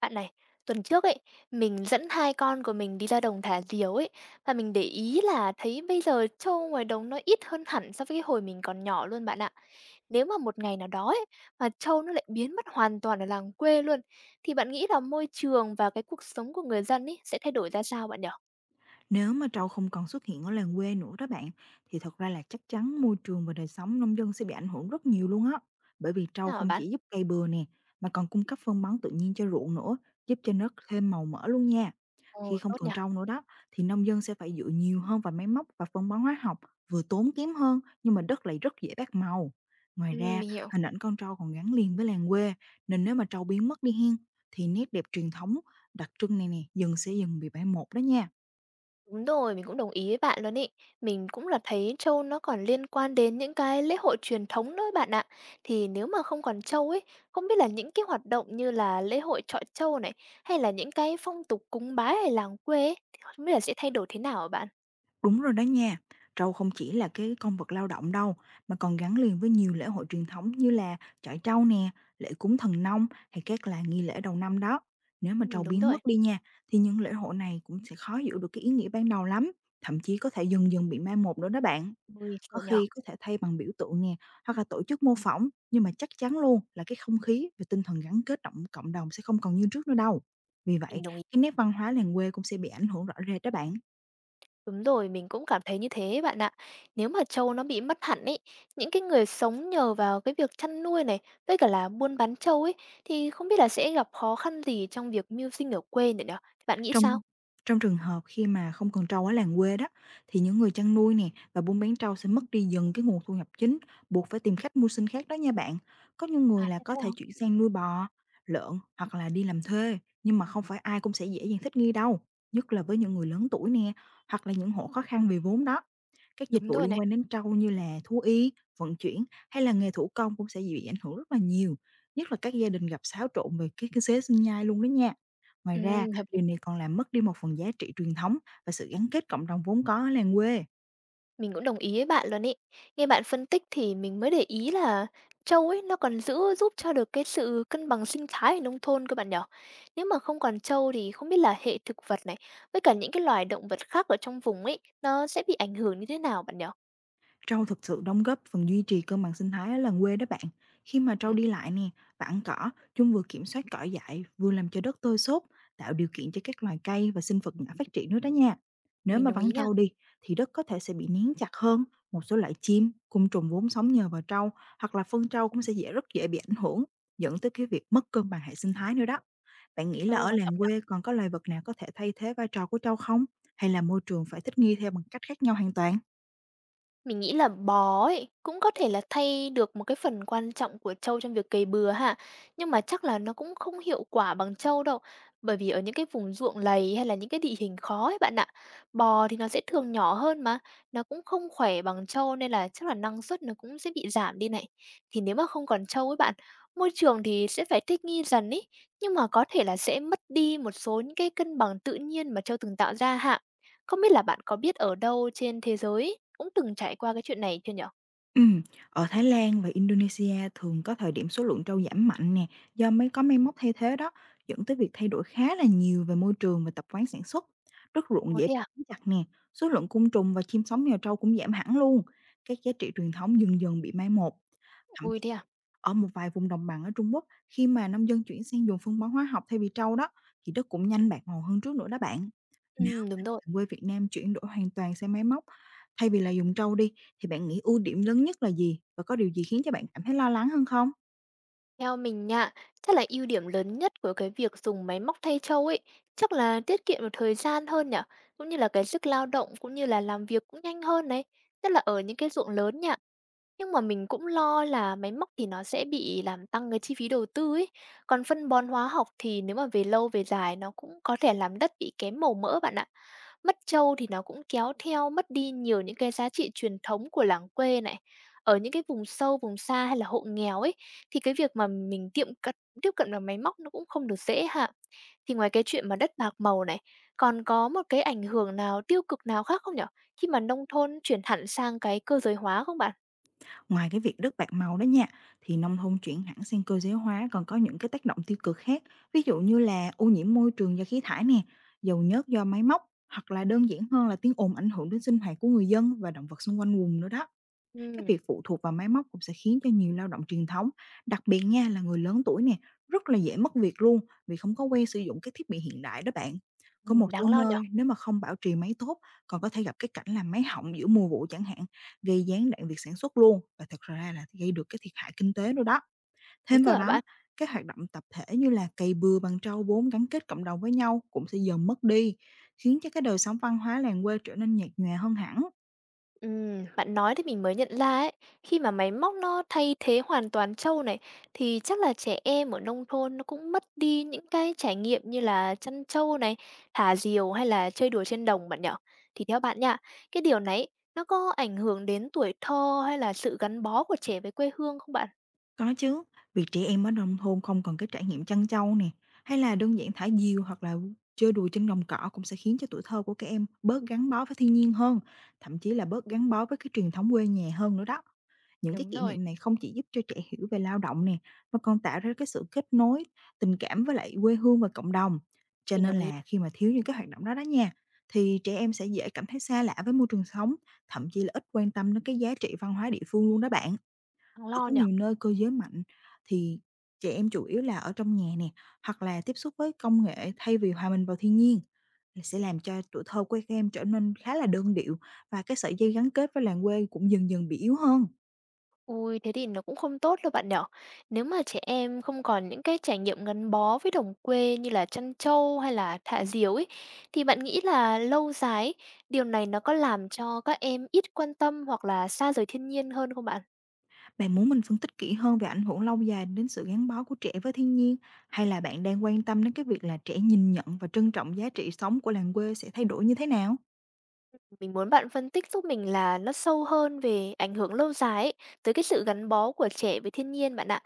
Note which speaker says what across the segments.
Speaker 1: Bạn này, tuần trước ấy, mình dẫn hai con của mình đi ra đồng thả diều ấy, và mình để ý là thấy bây giờ trâu ngoài đồng nó ít hơn hẳn so với cái hồi mình còn nhỏ luôn bạn ạ. Nếu mà một ngày nào đó ấy, mà trâu nó lại biến mất hoàn toàn ở làng quê luôn, thì bạn nghĩ là môi trường và cái cuộc sống của người dân ấy sẽ thay đổi ra sao bạn nhỉ?
Speaker 2: Nếu mà trâu không còn xuất hiện ở làng quê nữa đó bạn, thì thật ra là chắc chắn môi trường và đời sống nông dân sẽ bị ảnh hưởng rất nhiều luôn á. Bởi vì trâu
Speaker 1: Nào hả
Speaker 2: không
Speaker 1: bạn?
Speaker 2: chỉ giúp cây bừa nè, mà còn cung cấp phân bón tự nhiên cho ruộng nữa, giúp cho đất thêm màu mỡ luôn nha.
Speaker 1: Ồ,
Speaker 2: Khi không
Speaker 1: tốt nhỉ.
Speaker 2: còn trâu nữa đó, thì nông dân sẽ phải dựa nhiều hơn vào máy móc và phân bón hóa học, vừa tốn kém hơn nhưng mà đất lại rất dễ bạc màu. Ngoài
Speaker 1: Ừ,
Speaker 2: ra,
Speaker 1: mình hiểu.
Speaker 2: hình ảnh con trâu còn gắn liền với làng quê, nên nếu mà trâu biến mất đi hen, thì nét đẹp truyền thống đặc trưng này nè dần sẽ dần bị mai một đó nha.
Speaker 1: Đúng rồi, mình cũng đồng ý với bạn luôn ấy. Mình cũng là thấy trâu nó còn liên quan đến những cái lễ hội truyền thống nữa ấy bạn ạ. Thì nếu mà không còn trâu ấy, không biết là những cái hoạt động như là lễ hội chọi trâu này, hay là những cái phong tục cúng bái ở làng quê ấy, thì không biết là sẽ thay đổi thế nào hả bạn?
Speaker 2: Đúng rồi đó nha. Trâu không chỉ là cái con vật lao động đâu, mà còn gắn liền với nhiều lễ hội truyền thống như là chọi trâu nè, lễ cúng thần nông hay các là nghi lễ đầu năm đó. Nếu mà
Speaker 1: Ừ,
Speaker 2: trâu
Speaker 1: đúng
Speaker 2: biến mất
Speaker 1: rồi.
Speaker 2: đi nha, thì những lễ hội này cũng sẽ khó giữ được cái ý nghĩa ban đầu lắm, thậm chí có thể dần dần bị mai một nữa đó bạn.
Speaker 1: Ui,
Speaker 2: Có
Speaker 1: sợ nhờ.
Speaker 2: khi có thể thay bằng biểu tượng nè, hoặc là tổ chức mô phỏng, nhưng mà chắc chắn luôn là cái không khí và tinh thần gắn kết động cộng đồng sẽ không còn như trước nữa đâu. Vì
Speaker 1: Mình
Speaker 2: vậy,
Speaker 1: đồng ý.
Speaker 2: cái nét văn hóa làng quê cũng sẽ bị ảnh hưởng rõ rệt đó bạn.
Speaker 1: Đúng rồi, mình cũng cảm thấy như thế bạn ạ. Nếu mà trâu nó bị mất hẳn ấy, những cái người sống nhờ vào cái việc chăn nuôi này, với cả là buôn bán trâu ấy, thì không biết là sẽ gặp khó khăn gì trong việc mưu sinh ở quê nữa nhỉ? Bạn nghĩ
Speaker 2: Trong
Speaker 1: sao?
Speaker 2: trong trường hợp khi mà không còn trâu ở làng quê đó, thì những người chăn nuôi nè và buôn bán trâu sẽ mất đi dần cái nguồn thu nhập chính, buộc phải tìm khách mưu sinh khác đó nha bạn. Có những người
Speaker 1: À,
Speaker 2: là
Speaker 1: thế đấy
Speaker 2: có thể
Speaker 1: hông?
Speaker 2: chuyển sang nuôi bò, lợn hoặc là đi làm thuê, nhưng mà không phải ai cũng sẽ dễ dàng thích nghi đâu, nhất là với những người lớn tuổi nè, hoặc là những hộ khó khăn về vốn đó. Các dịch
Speaker 1: Đúng
Speaker 2: vụ
Speaker 1: rồi
Speaker 2: liên
Speaker 1: này.
Speaker 2: quan đến trâu như là thú y, vận chuyển hay là nghề thủ công cũng sẽ bị ảnh hưởng rất là nhiều, nhất là các gia đình gặp xáo trộn về cái kinh tế sinh nhai luôn đó nha. Ngoài ra,
Speaker 1: Hợp lý.
Speaker 2: điều này còn làm mất đi một phần giá trị truyền thống và sự gắn kết cộng đồng vốn có ở làng quê.
Speaker 1: Mình cũng đồng ý với bạn luôn ý. Nghe bạn phân tích thì mình mới để ý là trâu ấy nó còn giữ giúp cho được cái sự cân bằng sinh thái ở nông thôn các bạn nhỉ? Nếu mà không còn trâu thì không biết là hệ thực vật này, với cả những cái loài động vật khác ở trong vùng ấy, nó sẽ bị ảnh hưởng như thế nào bạn nhỉ?
Speaker 2: Trâu thực sự đóng góp phần duy trì cân bằng sinh thái ở làng quê đó bạn. Khi mà trâu
Speaker 1: Ừ,
Speaker 2: đi lại nè, và ăn cỏ, chúng vừa kiểm soát cỏ dại, vừa làm cho đất tơi xốp, tạo điều kiện cho các loài cây và sinh vật nhỏ phát triển nữa đó nha. Nếu
Speaker 1: mình
Speaker 2: mà
Speaker 1: đồng
Speaker 2: vắng
Speaker 1: ý nha.
Speaker 2: trâu đi, thì đất có thể sẽ bị nén chặt hơn, một số loại chim, côn trùng vốn sống nhờ vào trâu, hoặc là phân trâu cũng sẽ dễ rất dễ bị ảnh hưởng, dẫn tới cái việc mất cân bằng hệ sinh thái nữa đó. Bạn nghĩ là
Speaker 1: Trâu
Speaker 2: ở
Speaker 1: quan trọng
Speaker 2: làng quê
Speaker 1: nhỉ?
Speaker 2: còn có loài vật nào có thể thay thế vai trò của trâu không? Hay là môi trường phải thích nghi theo bằng cách khác nhau hoàn toàn?
Speaker 1: Mình nghĩ là bó ấy, cũng có thể là thay được một cái phần quan trọng của trâu trong việc cày bừa ha. Nhưng mà chắc là nó cũng không hiệu quả bằng trâu đâu, bởi vì ở những cái vùng ruộng lầy hay là những cái địa hình khó ấy bạn ạ. Bò thì nó sẽ thường nhỏ hơn mà, nó cũng không khỏe bằng trâu nên là chắc là năng suất nó cũng sẽ bị giảm đi này. Thì nếu mà không còn trâu ấy bạn, môi trường thì sẽ phải thích nghi dần ấy, nhưng mà có thể là sẽ mất đi một số những cái cân bằng tự nhiên mà trâu từng tạo ra hạ. Không biết là bạn có biết ở đâu trên thế giới cũng từng trải qua cái chuyện này chưa nhở?
Speaker 2: Ừm, Ở Thái Lan và Indonesia thường có thời điểm số lượng trâu giảm mạnh nè, do mới có máy móc thay thế đó, dẫn tới việc thay đổi khá là nhiều về môi trường và tập quán sản xuất. Đất ruộng
Speaker 1: Ồ,
Speaker 2: dễ
Speaker 1: thế à?
Speaker 2: bị chặt nè, số lượng côn trùng và chim sống nhờ trâu cũng giảm hẳn luôn. Các giá trị truyền thống dần dần bị mai một. Thậm
Speaker 1: Ui,
Speaker 2: chí
Speaker 1: thế à?
Speaker 2: ở một vài vùng đồng bằng ở Trung Quốc, khi mà nông dân chuyển sang dùng phân bón hóa học thay vì trâu đó, thì đất cũng nhanh bạc màu hơn trước nữa đó bạn.
Speaker 1: Đúng rồi.
Speaker 2: Quê Việt Nam chuyển đổi hoàn toàn sang máy móc thay vì là dùng trâu đi, thì bạn nghĩ ưu điểm lớn nhất là gì? Và có điều gì khiến cho bạn cảm thấy lo lắng hơn không?
Speaker 1: Theo mình nha, chắc là ưu điểm lớn nhất của cái việc dùng máy móc thay trâu ấy, chắc là tiết kiệm được thời gian hơn nhở, cũng như là cái sức lao động, cũng như là làm việc cũng nhanh hơn đấy. Nhất là ở những cái ruộng lớn nha. Nhưng mà mình cũng lo là máy móc thì nó sẽ bị làm tăng cái chi phí đầu tư ấy. Còn phân bón hóa học thì nếu mà về lâu về dài nó cũng có thể làm đất bị kém màu mỡ bạn ạ. Mất trâu thì nó cũng kéo theo mất đi nhiều những cái giá trị truyền thống của làng quê này. Ở những cái vùng sâu, vùng xa hay là hộ nghèo ấy, thì cái việc mà mình tiệm cận tiếp cận vào máy móc nó cũng không được dễ ha. Thì ngoài cái chuyện mà đất bạc màu này, còn có một cái ảnh hưởng nào tiêu cực nào khác không nhở? Khi mà nông thôn chuyển hẳn sang cái cơ giới hóa không bạn?
Speaker 2: Ngoài cái việc đất bạc màu đó nha, thì nông thôn chuyển hẳn sang cơ giới hóa còn có những cái tác động tiêu cực khác, ví dụ như là ô nhiễm môi trường do khí thải nè, dầu nhớt do máy móc, hoặc là đơn giản hơn là tiếng ồn ảnh hưởng đến sinh hoạt của người dân và động vật xung quanh vùng nữa đó. Cái
Speaker 1: Ừm,
Speaker 2: việc phụ thuộc vào máy móc cũng sẽ khiến cho nhiều lao động truyền thống, đặc biệt nha là người lớn tuổi nè, rất là dễ mất việc luôn vì không có quen sử dụng các thiết bị hiện đại đó bạn. Có một
Speaker 1: ừm,
Speaker 2: số
Speaker 1: đáng lo nhỉ?
Speaker 2: nơi nếu mà không bảo trì máy tốt còn có thể gặp cái cảnh là máy hỏng giữa mùa vụ chẳng hạn, gây gián đoạn việc sản xuất luôn và thật ra là gây được cái thiệt hại kinh tế nữa đó.
Speaker 1: Thế
Speaker 2: Thêm vào
Speaker 1: cơ hả
Speaker 2: đó,
Speaker 1: bạn?
Speaker 2: các hoạt động tập thể như là cày bừa bằng trâu vốn gắn kết cộng đồng với nhau cũng sẽ dần mất đi, khiến cho cái đời sống văn hóa làng quê trở nên nhạt nhòa hơn hẳn.
Speaker 1: Bạn nói thì mình mới nhận ra ấy, khi mà máy móc nó thay thế hoàn toàn trâu này, thì chắc là trẻ em ở nông thôn nó cũng mất đi những cái trải nghiệm như là chăn trâu này, thả diều hay là chơi đùa trên đồng bạn nhỉ? Thì theo bạn nha, cái điều này nó có ảnh hưởng đến tuổi thơ hay là sự gắn bó của trẻ với quê hương không bạn?
Speaker 2: Có chứ, việc trẻ em ở nông thôn không còn cái trải nghiệm chăn trâu nè, hay là đơn giản thả diều hoặc là chơi đùa trên đồng cỏ cũng sẽ khiến cho tuổi thơ của các em bớt gắn bó với thiên nhiên hơn, thậm chí là bớt gắn bó với cái truyền thống quê nhà hơn nữa đó. Những cái
Speaker 1: Đúng
Speaker 2: kỷ
Speaker 1: rồi.
Speaker 2: niệm này không chỉ giúp cho trẻ hiểu về lao động nè, mà còn tạo ra cái sự kết nối, tình cảm với lại quê hương và cộng đồng. Cho
Speaker 1: Mình
Speaker 2: nên
Speaker 1: đồng ý,
Speaker 2: là khi mà thiếu những cái hoạt động đó đó nha, thì trẻ em sẽ dễ cảm thấy xa lạ với môi trường sống, thậm chí là ít quan tâm đến cái giá trị văn hóa địa phương luôn đó bạn.
Speaker 1: đáng
Speaker 2: Ở
Speaker 1: lo
Speaker 2: có
Speaker 1: nhỉ?
Speaker 2: nhiều nơi cơ giới mạnh thì trẻ em chủ yếu là ở trong nhà nè, hoặc là tiếp xúc với công nghệ thay vì hòa mình vào thiên nhiên là sẽ làm cho tuổi thơ của các em trở nên khá là đơn điệu và cái sợi dây gắn kết với làng quê cũng dần dần bị yếu hơn.
Speaker 1: Ôi, thế thì nó cũng không tốt đâu bạn nhỉ? Nếu mà trẻ em không còn những cái trải nghiệm gắn bó với đồng quê như là chăn trâu hay là thả diều ấy, thì bạn nghĩ là lâu dài ấy, điều này nó có làm cho các em ít quan tâm hoặc là xa rời thiên nhiên hơn không bạn?
Speaker 2: Bạn muốn mình phân tích kỹ hơn về ảnh hưởng lâu dài đến sự gắn bó của trẻ với thiên nhiên hay là bạn đang quan tâm đến cái việc là trẻ nhìn nhận và trân trọng giá trị sống của làng quê sẽ thay đổi như thế nào?
Speaker 1: Mình muốn bạn phân tích giúp mình là nó sâu hơn về ảnh hưởng lâu dài ấy, tới cái sự gắn bó của trẻ với thiên nhiên bạn ạ.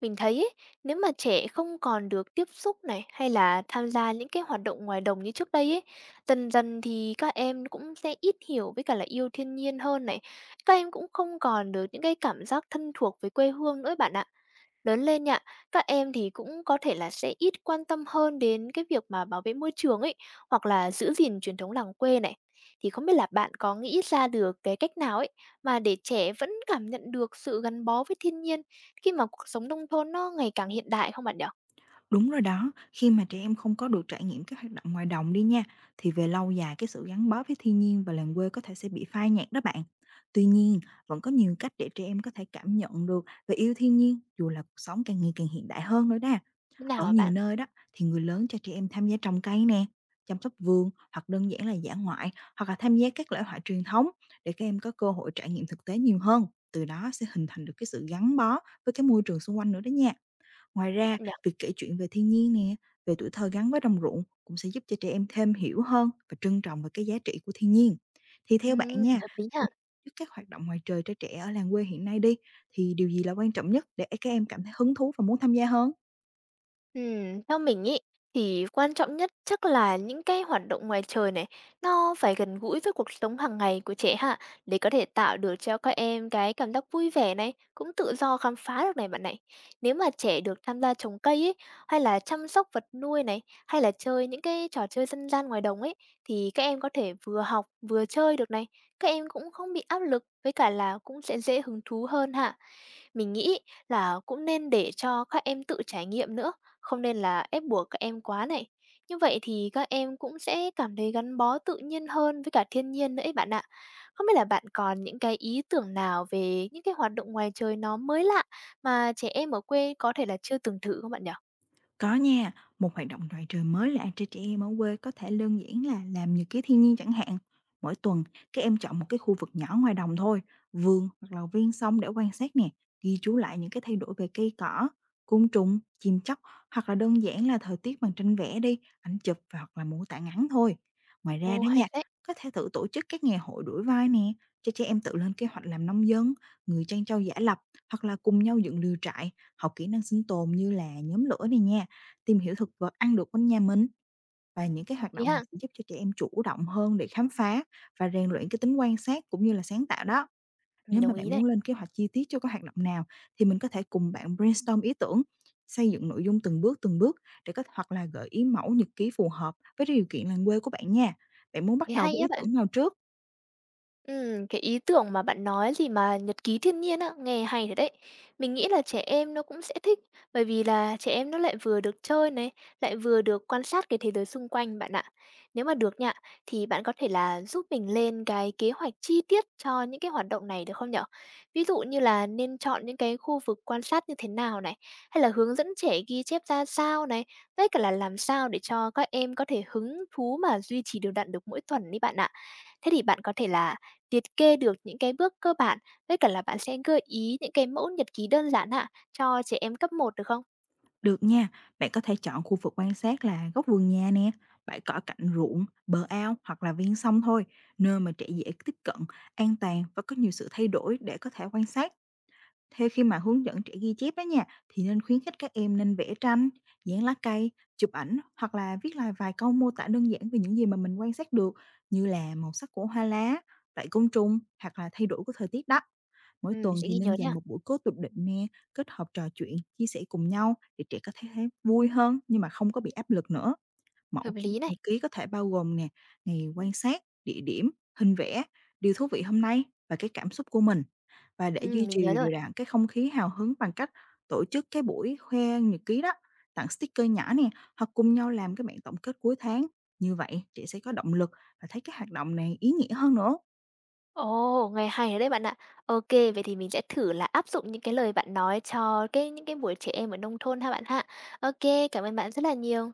Speaker 1: Mình thấy ấy, nếu mà trẻ không còn được tiếp xúc này hay là tham gia những cái hoạt động ngoài đồng như trước đây ấy, dần dần thì các em cũng sẽ ít hiểu với cả là yêu thiên nhiên hơn này. Các em cũng không còn được những cái cảm giác thân thuộc với quê hương nữa ấy bạn ạ. Lớn lên nha, các em thì cũng có thể là sẽ ít quan tâm hơn đến cái việc mà bảo vệ môi trường ấy, hoặc là giữ gìn truyền thống làng quê này. Thì không biết là bạn có nghĩ ra được cái cách nào ấy, mà để trẻ vẫn cảm nhận được sự gắn bó với thiên nhiên khi mà cuộc sống nông thôn nó ngày càng hiện đại không bạn nhỉ?
Speaker 2: Đúng rồi đó, khi mà trẻ em không có được trải nghiệm các hoạt động ngoài đồng đi nha, thì về lâu dài cái sự gắn bó với thiên nhiên và làng quê có thể sẽ bị phai nhạt đó bạn. Tuy nhiên, vẫn có nhiều cách để trẻ em có thể cảm nhận được và yêu thiên nhiên dù là cuộc sống càng ngày càng hiện đại hơn nữa đó.
Speaker 1: Như nào
Speaker 2: Ở
Speaker 1: hả
Speaker 2: nhiều
Speaker 1: bạn?
Speaker 2: nơi đó thì người lớn cho trẻ em tham gia trồng cây nè, chăm sóc vườn hoặc đơn giản là dã ngoại hoặc là tham gia các lễ hội truyền thống để các em có cơ hội trải nghiệm thực tế nhiều hơn. Từ đó sẽ hình thành được cái sự gắn bó với cái môi trường xung quanh nữa đó nha. Ngoài
Speaker 1: Các
Speaker 2: ra,
Speaker 1: bạn nhỉ?
Speaker 2: việc kể chuyện về thiên nhiên nè, về tuổi thơ gắn với đồng ruộng cũng sẽ giúp cho trẻ em thêm hiểu hơn và trân trọng về cái giá trị của thiên nhiên. Thì theo bạn nha,
Speaker 1: Hợp lý ha.
Speaker 2: khi trước các hoạt động ngoài trời cho trẻ ở làng quê hiện nay đi, thì điều gì là quan trọng nhất để các em cảm thấy hứng thú và muốn tham gia hơn?
Speaker 1: Theo mình ấy, thì quan trọng nhất chắc là những cái hoạt động ngoài trời này nó phải gần gũi với cuộc sống hàng ngày của trẻ hạ, để có thể tạo được cho các em cái cảm giác vui vẻ này cũng tự do khám phá được này bạn này. Nếu mà trẻ được tham gia trồng cây ấy, hay là chăm sóc vật nuôi này, hay là chơi những cái trò chơi dân gian ngoài đồng ấy, thì các em có thể vừa học vừa chơi được này, các em cũng không bị áp lực với cả là cũng sẽ dễ hứng thú hơn hạ. Mình nghĩ là cũng nên để cho các em tự trải nghiệm nữa, không nên là ép buộc các em quá này. Như vậy thì các em cũng sẽ cảm thấy gắn bó tự nhiên hơn với cả thiên nhiên nữa ấy bạn ạ. Không biết là bạn còn những cái ý tưởng nào về những cái hoạt động ngoài trời nó mới lạ, mà trẻ em ở quê có thể là chưa từng thử không bạn nhỉ?
Speaker 2: Có nha, một hoạt động ngoài trời mới lạ cho trẻ em ở quê có thể đơn giản là làm nhật ký thiên nhiên chẳng hạn. Mỗi tuần, các em chọn một cái khu vực nhỏ ngoài đồng thôi, vườn hoặc là viên sông để quan sát nè, ghi chú lại những cái thay đổi về cây cỏ, côn trùng, chim chóc hoặc là đơn giản là thời tiết bằng tranh vẽ đi, ảnh chụp và hoặc là mô tả ngắn thôi. Ngoài ra
Speaker 1: Ồ,
Speaker 2: đó
Speaker 1: hay
Speaker 2: nha,
Speaker 1: đấy,
Speaker 2: có thể thử tổ chức các ngày hội đuổi vai nè, cho trẻ em tự lên kế hoạch làm nông dân, người chăn trâu giả lập hoặc là cùng nhau dựng lều trại, học kỹ năng sinh tồn như là nhóm lửa này nha, tìm hiểu thực vật ăn được quanh nhà mình. Và những cái
Speaker 1: hợp
Speaker 2: hoạt
Speaker 1: lý
Speaker 2: động này
Speaker 1: ha,
Speaker 2: sẽ giúp cho trẻ em chủ động hơn để khám phá và rèn luyện cái tính quan sát cũng như là sáng tạo đó.
Speaker 1: mình
Speaker 2: Nếu mà
Speaker 1: đồng ý
Speaker 2: bạn
Speaker 1: này.
Speaker 2: muốn lên kế hoạch chi tiết cho cái hoạt động nào thì mình có thể cùng bạn brainstorm ý tưởng, xây dựng nội dung từng bước để có hoặc là gợi ý mẫu nhật ký phù hợp với điều kiện làng quê của bạn nha. Bạn muốn bắt
Speaker 1: Thế
Speaker 2: đầu
Speaker 1: hay
Speaker 2: với
Speaker 1: á
Speaker 2: ý
Speaker 1: bạn.
Speaker 2: tưởng nào trước?
Speaker 1: Cái ý tưởng mà bạn nói gì mà nhật ký thiên nhiên á, nghe hay thật đấy. Mình nghĩ là trẻ em nó cũng sẽ thích, bởi vì là trẻ em nó lại vừa được chơi này, lại vừa được quan sát cái thế giới xung quanh bạn ạ. Nếu mà được nha, thì bạn có thể là giúp mình lên cái kế hoạch chi tiết cho những cái hoạt động này được không nhở? Ví dụ như là nên chọn những cái khu vực quan sát như thế nào này, hay là hướng dẫn trẻ ghi chép ra sao này, với cả là làm sao để cho các em có thể hứng thú mà duy trì đều đặn được mỗi tuần đi bạn ạ. Thế thì bạn có thể là liệt kê được những cái bước cơ bản, với cả là bạn sẽ gợi ý những cái mẫu nhật ký đơn giản ha, cho trẻ em cấp một được không?
Speaker 2: Được nha, bạn có thể chọn khu vực quan sát là góc vườn nhà nè, bãi cỏ cạnh ruộng, bờ ao hoặc là ven sông thôi, nơi mà trẻ dễ tiếp cận, an toàn và có nhiều sự thay đổi để có thể quan sát. Thế khi mà hướng dẫn trẻ ghi chép đó nha, thì nên khuyến khích các em nên vẽ tranh, dán lá cây, chụp ảnh hoặc là viết lại vài câu mô tả đơn giản về những gì mà mình quan sát được như là màu sắc của hoa lá, loại côn trùng hoặc là thay đổi của thời tiết đó. Mỗi
Speaker 1: Ừ, mình
Speaker 2: tuần
Speaker 1: sẽ
Speaker 2: thì
Speaker 1: ghi
Speaker 2: nên
Speaker 1: nhớ
Speaker 2: dành
Speaker 1: nha.
Speaker 2: một buổi cố tục định nè, kết hợp trò chuyện, chia sẻ cùng nhau để trẻ có thể thấy vui hơn nhưng mà không có bị áp lực nữa.
Speaker 1: Hợp
Speaker 2: Mẫu
Speaker 1: lý này.
Speaker 2: nhật ký có thể bao gồm nè, ngày quan sát, địa điểm, hình vẽ, điều thú vị hôm nay và cái cảm xúc của mình. Và để
Speaker 1: Ừ,
Speaker 2: duy
Speaker 1: mình
Speaker 2: trì
Speaker 1: nhớ rồi.
Speaker 2: đều đặn cái không khí hào hứng bằng cách tổ chức cái buổi khoe nhật ký đó, tặng sticker nhỏ nè, hoặc cùng nhau làm cái bản tổng kết cuối tháng. Như vậy, chị sẽ có động lực và thấy cái hoạt động này ý nghĩa hơn nữa.
Speaker 1: Ồ, nghe hay rồi đấy bạn ạ. Ok, vậy thì mình sẽ thử là áp dụng những cái lời bạn nói cho những cái buổi trẻ em ở nông thôn ha bạn ha. Ok, cảm ơn bạn rất là nhiều.